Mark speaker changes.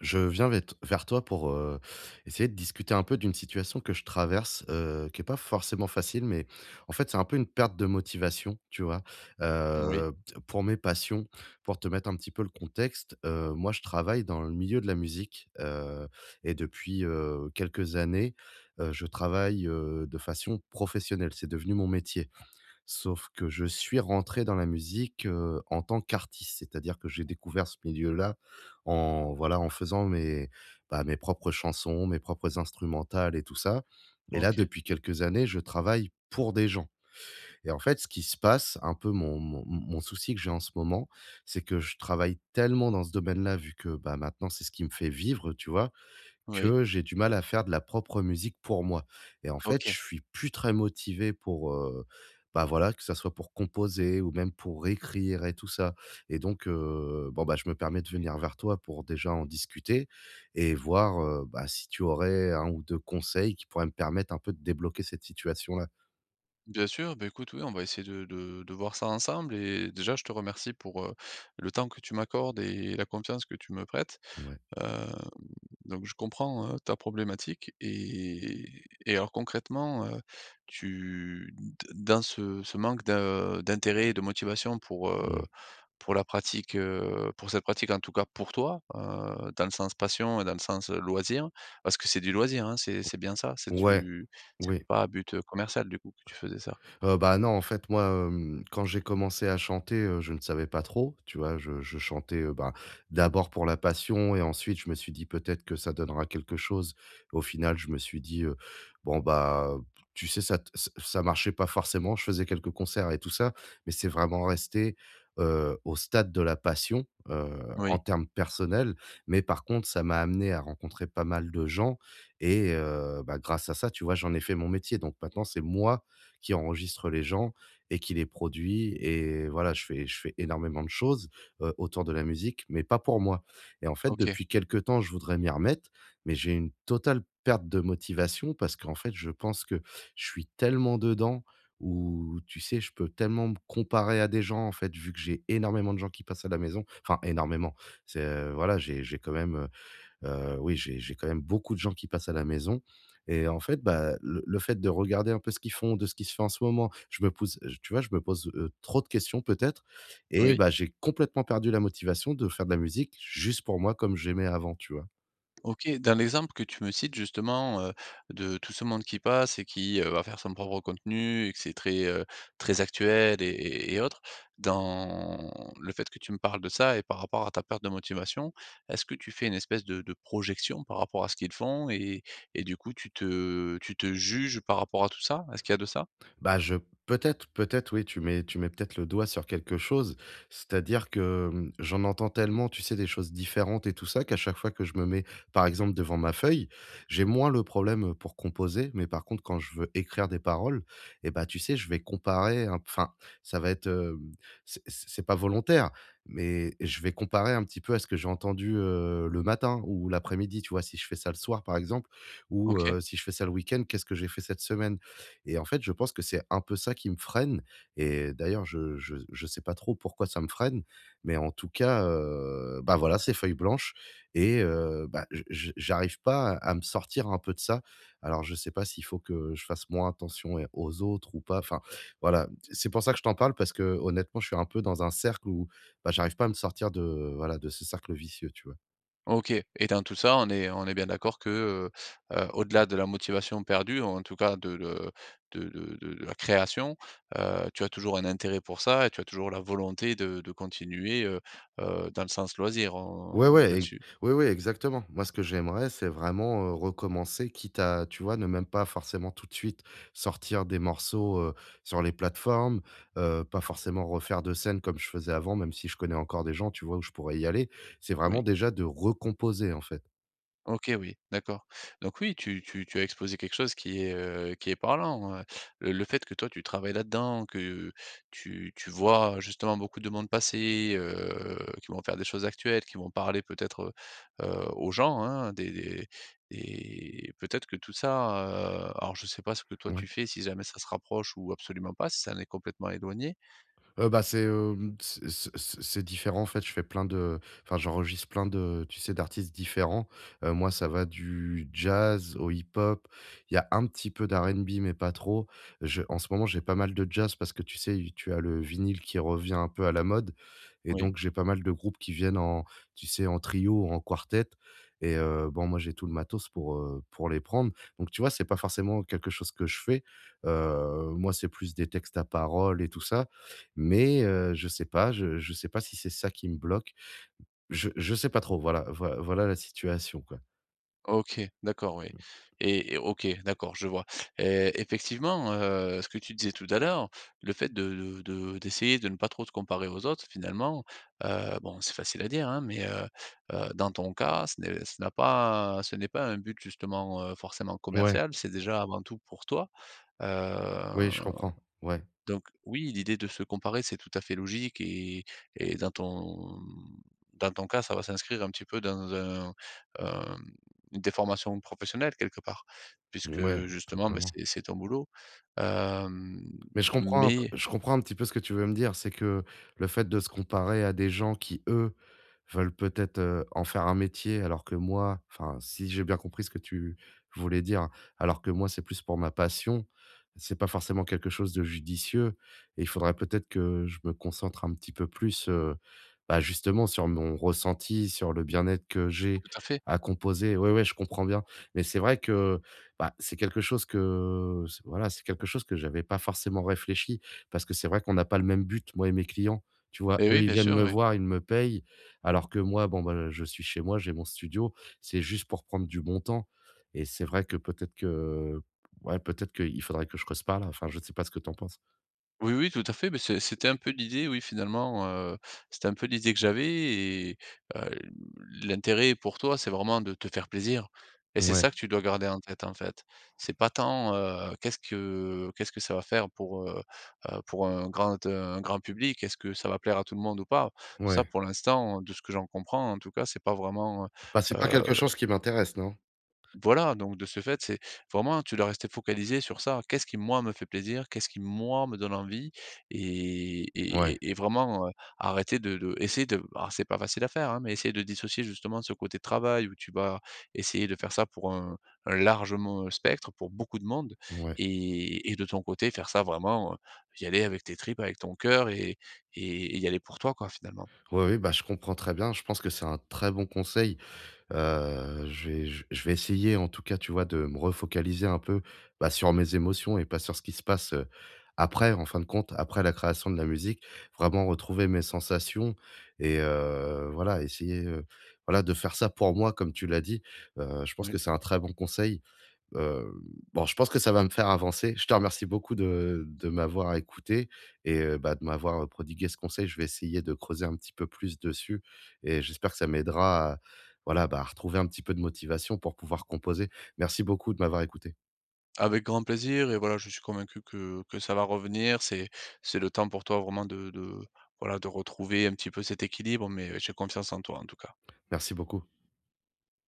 Speaker 1: Je viens vers t vers toi pour, essayer de discuter un peu d'une situation que je traverse, qui est pas forcément facile, mais en fait, c'est un peu une perte de motivation, tu vois?
Speaker 2: Oui,
Speaker 1: Heu, pour mes passions, pour te mettre un petit peu le contexte, moi, je travaille dans le milieu de la musique, et depuis, quelques années, je travaille, de façon professionnelle. C'est devenu mon métier. Sauf que je suis rentré dans la musique, en tant qu'artiste. C'est-à-dire que j'ai découvert ce milieu-là en voilà, en faisant mes propres chansons, mes propres instrumentales et tout ça. Et là,
Speaker 2: OK,
Speaker 1: depuis quelques années, je travaille pour des gens. Et en fait, ce qui se passe, un peu mon souci que j'ai en ce moment, c'est que je travaille tellement dans ce domaine-là, vu que, bah, maintenant, c'est ce qui me fait vivre, tu vois?
Speaker 2: oui,
Speaker 1: Que j'ai du mal à faire de la propre musique pour moi et en fait, je
Speaker 2: OK.
Speaker 1: suis plus très motivé pour, bah, voilà, que ça soit pour composer ou même pour écrire et tout ça. Et donc bon, bah, je me permets de venir vers toi pour déjà en discuter et voir, bah, si tu aurais un ou 2 conseils qui pourraient me permettre un peu de débloquer cette situation-là.
Speaker 2: Bien sûr, bah, écoute, oui, on va essayer de voir ça ensemble et déjà je te remercie pour, le temps que tu m'accordes et la confiance que tu me prêtes.
Speaker 1: Ouais,
Speaker 2: Heu, donc je comprends, ta problématique et alors concrètement, tu d dans ce manque d'intérêt et de motivation pour,
Speaker 1: ouais.
Speaker 2: pour la pratique, pour cette pratique en tout cas pour toi, dans le sens passion et dans le sens, loisir, parce que c'est du loisir, hein, c'est bien ça? C'est
Speaker 1: Ouais,
Speaker 2: du c'était
Speaker 1: oui.
Speaker 2: pas à but, commercial du coup que tu faisais ça?
Speaker 1: Bah, non, en fait, moi, quand j'ai commencé à chanter, je ne savais pas trop, tu vois? Je chantais, ben, d'abord pour la passion et ensuite je me suis dit: «Peut-être que ça donnera quelque chose». Au final, je me suis dit, «Bon, bah, tu sais, ça t ç ça marchait pas forcément». Je faisais quelques concerts et tout ça, mais c'est vraiment resté, au stade de la passion, en
Speaker 2: Oui,
Speaker 1: termes personnels. Mais par contre, ça m'a amené à rencontrer pas mal de gens et bah, grâce à ça, tu vois, j'en ai fait mon métier. Donc maintenant, c'est moi qui enregistre les gens et qui les produit et voilà, je fais énormément de choses, autour de la musique, mais pas pour moi. Et en fait,
Speaker 2: OK,
Speaker 1: depuis quelque temps, je voudrais m'y remettre, mais j'ai une totale perte de motivation parce qu'en fait, je pense que je suis tellement dedans où tu sais, je peux tellement me comparer à des gens, en fait, vu que j'ai énormément de gens qui passent à la maison, enfin énormément, c'est, voilà, j'ai quand même, oui, j'ai quand même beaucoup de gens qui passent à la maison. Et en fait, bah, le fait de regarder un peu ce qu'ils font, de ce qui se fait en ce moment, je me pose je- tu vois, je me pose, trop de questions peut-être. Et
Speaker 2: oui.
Speaker 1: bah, j'ai complètement perdu la motivation de faire de la musique juste pour moi comme j'aimais avant, tu vois?
Speaker 2: OK, dans l'exemple que tu me cites justement, de tout ce monde qui passe et qui, va faire son propre contenu et que c'est très, très actuel et autres. Dans le fait que tu me parles de ça et par rapport à ta perte de motivation, est-ce que tu fais une espèce de projection par rapport à ce qu'ils font et du coup tu te juges par rapport à tout ça? Est-ce qu'il y a de ça?
Speaker 1: Bah, je peut-être oui, tu mets peut-être le doigt sur quelque chose. C'est-à-dire que, j'en entends tellement, tu sais, des choses différentes et tout ça, qu'à chaque fois que je me mets, par exemple, devant ma feuille, j'ai moins le problème, pour composer, mais par contre, quand je veux écrire des paroles et bah, tu sais, je vais comparer un enfin, ça va être, c'est pas volontaire, mais je vais comparer un petit peu à ce que j'ai entendu, le matin ou l'après-midi, tu vois? Si je fais ça le soir, par exemple, ou
Speaker 2: OK.
Speaker 1: si je fais ça le week-end, qu'est-ce que j'ai fait cette semaine? Et en fait, je pense que c'est un peu ça qui me freine. Et d'ailleurs je sais pas trop pourquoi ça me freine, mais en tout cas, bah, voilà, c'est feuille blanche. Et bah, je j'arrive pas à me sortir un peu de ça. Alors je sais pas s'il faut que je fasse moins attention et aux autres ou pas, enfin, voilà. C'est pour ça que je t'en parle parce que honnêtement, je suis un peu dans un cercle où, bah, j'arrive pas à me sortir de, voilà, de ce cercle vicieux, tu vois?
Speaker 2: OK, et dans tout ça, on est bien d'accord que, heu au-delà de la motivation perdue, en tout cas de le de la création, tu as toujours un intérêt pour ça et tu as toujours la volonté de continuer, dans le sens loisir,
Speaker 1: Ouais,
Speaker 2: on
Speaker 1: ouais, ex
Speaker 2: là-dessus?
Speaker 1: ouais, oui, exactement. Moi, ce que j'aimerais, c'est vraiment, recommencer, quitte à, tu vois, ne même pas forcément tout de suite sortir des morceaux, sur les plateformes, pas forcément refaire de scènes comme je faisais avant, même si je connais encore des gens, tu vois, où je pourrais y aller. C'est vraiment
Speaker 2: Oui.
Speaker 1: déjà de recomposer, en fait.
Speaker 2: OK, oui, d'accord. Donc oui, tu as exposé quelque chose qui est parlant. Le fait que toi tu travailles là-dedans, que tu vois justement beaucoup de monde passer, qui vont faire des choses actuelles, qui vont parler peut-être, heu aux gens, hein, des peut-être que tout ça, alors je sais pas ce que toi tu
Speaker 1: Ouais.
Speaker 2: fais, si jamais ça se rapproche ou absolument pas, si ça en est complètement éloigné?
Speaker 1: Bah, c'est, c'est différent en fait, je fais plein de enfin, j'enregistre plein de tu sais, d'artistes différents. Moi, ça va du jazz au hip-hop. Il y a un petit peu d'R&B mais pas trop. Je En ce moment, j'ai pas mal de jazz parce que tu sais, tu as le vinyle qui revient un peu à la mode et
Speaker 2: Oui.
Speaker 1: donc j'ai pas mal de groupes qui viennent en tu sais, en trio ou en quartet. Et bon, moi, j'ai tout le matos pour les prendre. Donc tu vois, c'est pas forcément quelque chose que je fais. Moi, c'est plus des textes à paroles et tout ça, mais je sais pas, je sais pas si c'est ça qui me bloque. Je sais pas trop, voilà la situation, quoi.
Speaker 2: OK, d'accord, oui et OK, d'accord, je vois et effectivement, ce que tu disais tout à l'heure, le fait de d'essayer de ne pas trop te comparer aux autres finalement, bon, c'est facile à dire, hein, mais dans ton cas, ce n'est pas un but justement, forcément
Speaker 1: Ouais,
Speaker 2: commercial, c'est déjà avant tout pour toi, heu
Speaker 1: oui, je comprends. Ouais,
Speaker 2: donc oui, l'idée de se comparer, c'est tout à fait logique et dans ton cas, ça va s'inscrire un petit peu dans un, hem, une déformation professionnelle quelque part, puisque
Speaker 1: ouais,
Speaker 2: justement, bah,
Speaker 1: totalement.
Speaker 2: c'est ton boulot. Hem,
Speaker 1: Mais
Speaker 2: mais
Speaker 1: je comprends un petit peu ce que tu veux me dire. C'est que le fait de se comparer à des gens qui, eux, veulent peut-être, en faire un métier alors que moi enfin, si j'ai bien compris ce que tu voulais dire, alors que moi, c'est plus pour ma passion, c'est pas forcément quelque chose de judicieux et il faudrait peut-être que je me concentre un petit peu plus, bah, justement sur mon ressenti, sur le bien-être que j'ai
Speaker 2: tout à fait.
Speaker 1: à composer. Ouais, ouais, je comprends bien. Mais c'est vrai que bah, c'est quelque chose que c'est voilà, c'est quelque chose que j'avais pas forcément réfléchi parce que c'est vrai qu'on n'a pas le même but, moi et mes clients. Tu vois?
Speaker 2: Et
Speaker 1: Eux,
Speaker 2: oui,
Speaker 1: ils
Speaker 2: bien
Speaker 1: viennent
Speaker 2: sûr,
Speaker 1: me
Speaker 2: oui.
Speaker 1: voir, ils me payent, alors que moi, bon, bah, je suis chez moi, j'ai mon studio. C'est juste pour prendre du bon temps et c'est vrai que peut-être que ouais, peut-être qu'il faudrait que je creuse pas là. Enfin, je ne sais pas ce que tu en penses.
Speaker 2: Oui, oui, tout à fait, mais c'était un peu l'idée, oui, finalement, c'était un peu l'idée que j'avais et heu, l'intérêt pour toi, c'est vraiment de te faire plaisir et c'est
Speaker 1: Ouais,
Speaker 2: ça que tu dois garder en tête, en fait. C'est pas tant, qu'est-ce que ça va faire pour un grand public? Est-ce que ça va plaire à tout le monde ou pas? Ça,
Speaker 1: ouais.
Speaker 2: pour l'instant, de ce que j'en comprends, en tout cas, c'est pas vraiment,
Speaker 1: Bah, c'est pas quelque
Speaker 2: heu
Speaker 1: chose qui m'intéresse, non?
Speaker 2: voilà, donc de ce fait, c'est vraiment tu dois rester focalisé sur ça. Qu'est-ce qui, moi, me fait plaisir? Qu'est-ce qui, moi, me donne envie? Et et
Speaker 1: Ouais,
Speaker 2: et et vraiment, arrêter de essayer de alors c'est pas facile à faire, hein, mais essayer de dissocier justement ce côté travail où tu vas essayer de faire ça pour un large mon spectre, pour beaucoup de monde
Speaker 1: ouais.
Speaker 2: et de ton côté, faire ça vraiment, y aller avec tes tripes, avec ton cœur et y aller pour toi, quoi, finalement.
Speaker 1: Oui, oui, bah, je comprends très bien. Je pense que c'est un très bon conseil. Je vais essayer en tout cas, tu vois, de me refocaliser un peu, bah, sur mes émotions et pas sur ce qui se passe, après, en fin de compte, après la création de la musique. Vraiment retrouver mes sensations et voilà, essayer, voilà, de faire ça pour moi comme tu l'as dit. Je pense
Speaker 2: Oui.
Speaker 1: que c'est un très bon conseil. Heu, bon, je pense que ça va me faire avancer. Je te remercie beaucoup de m'avoir écouté et bah, de m'avoir, prodigué ce conseil. Je vais essayer de creuser un petit peu plus dessus et j'espère que ça m'aidera à voilà, bah, à retrouver un petit peu de motivation pour pouvoir composer. Merci beaucoup de m'avoir écouté.
Speaker 2: Avec grand plaisir et voilà, je suis convaincu que ça va revenir. C'est le temps pour toi vraiment de voilà, de retrouver un petit peu cet équilibre, mais j'ai confiance en toi, en tout cas.
Speaker 1: Merci beaucoup.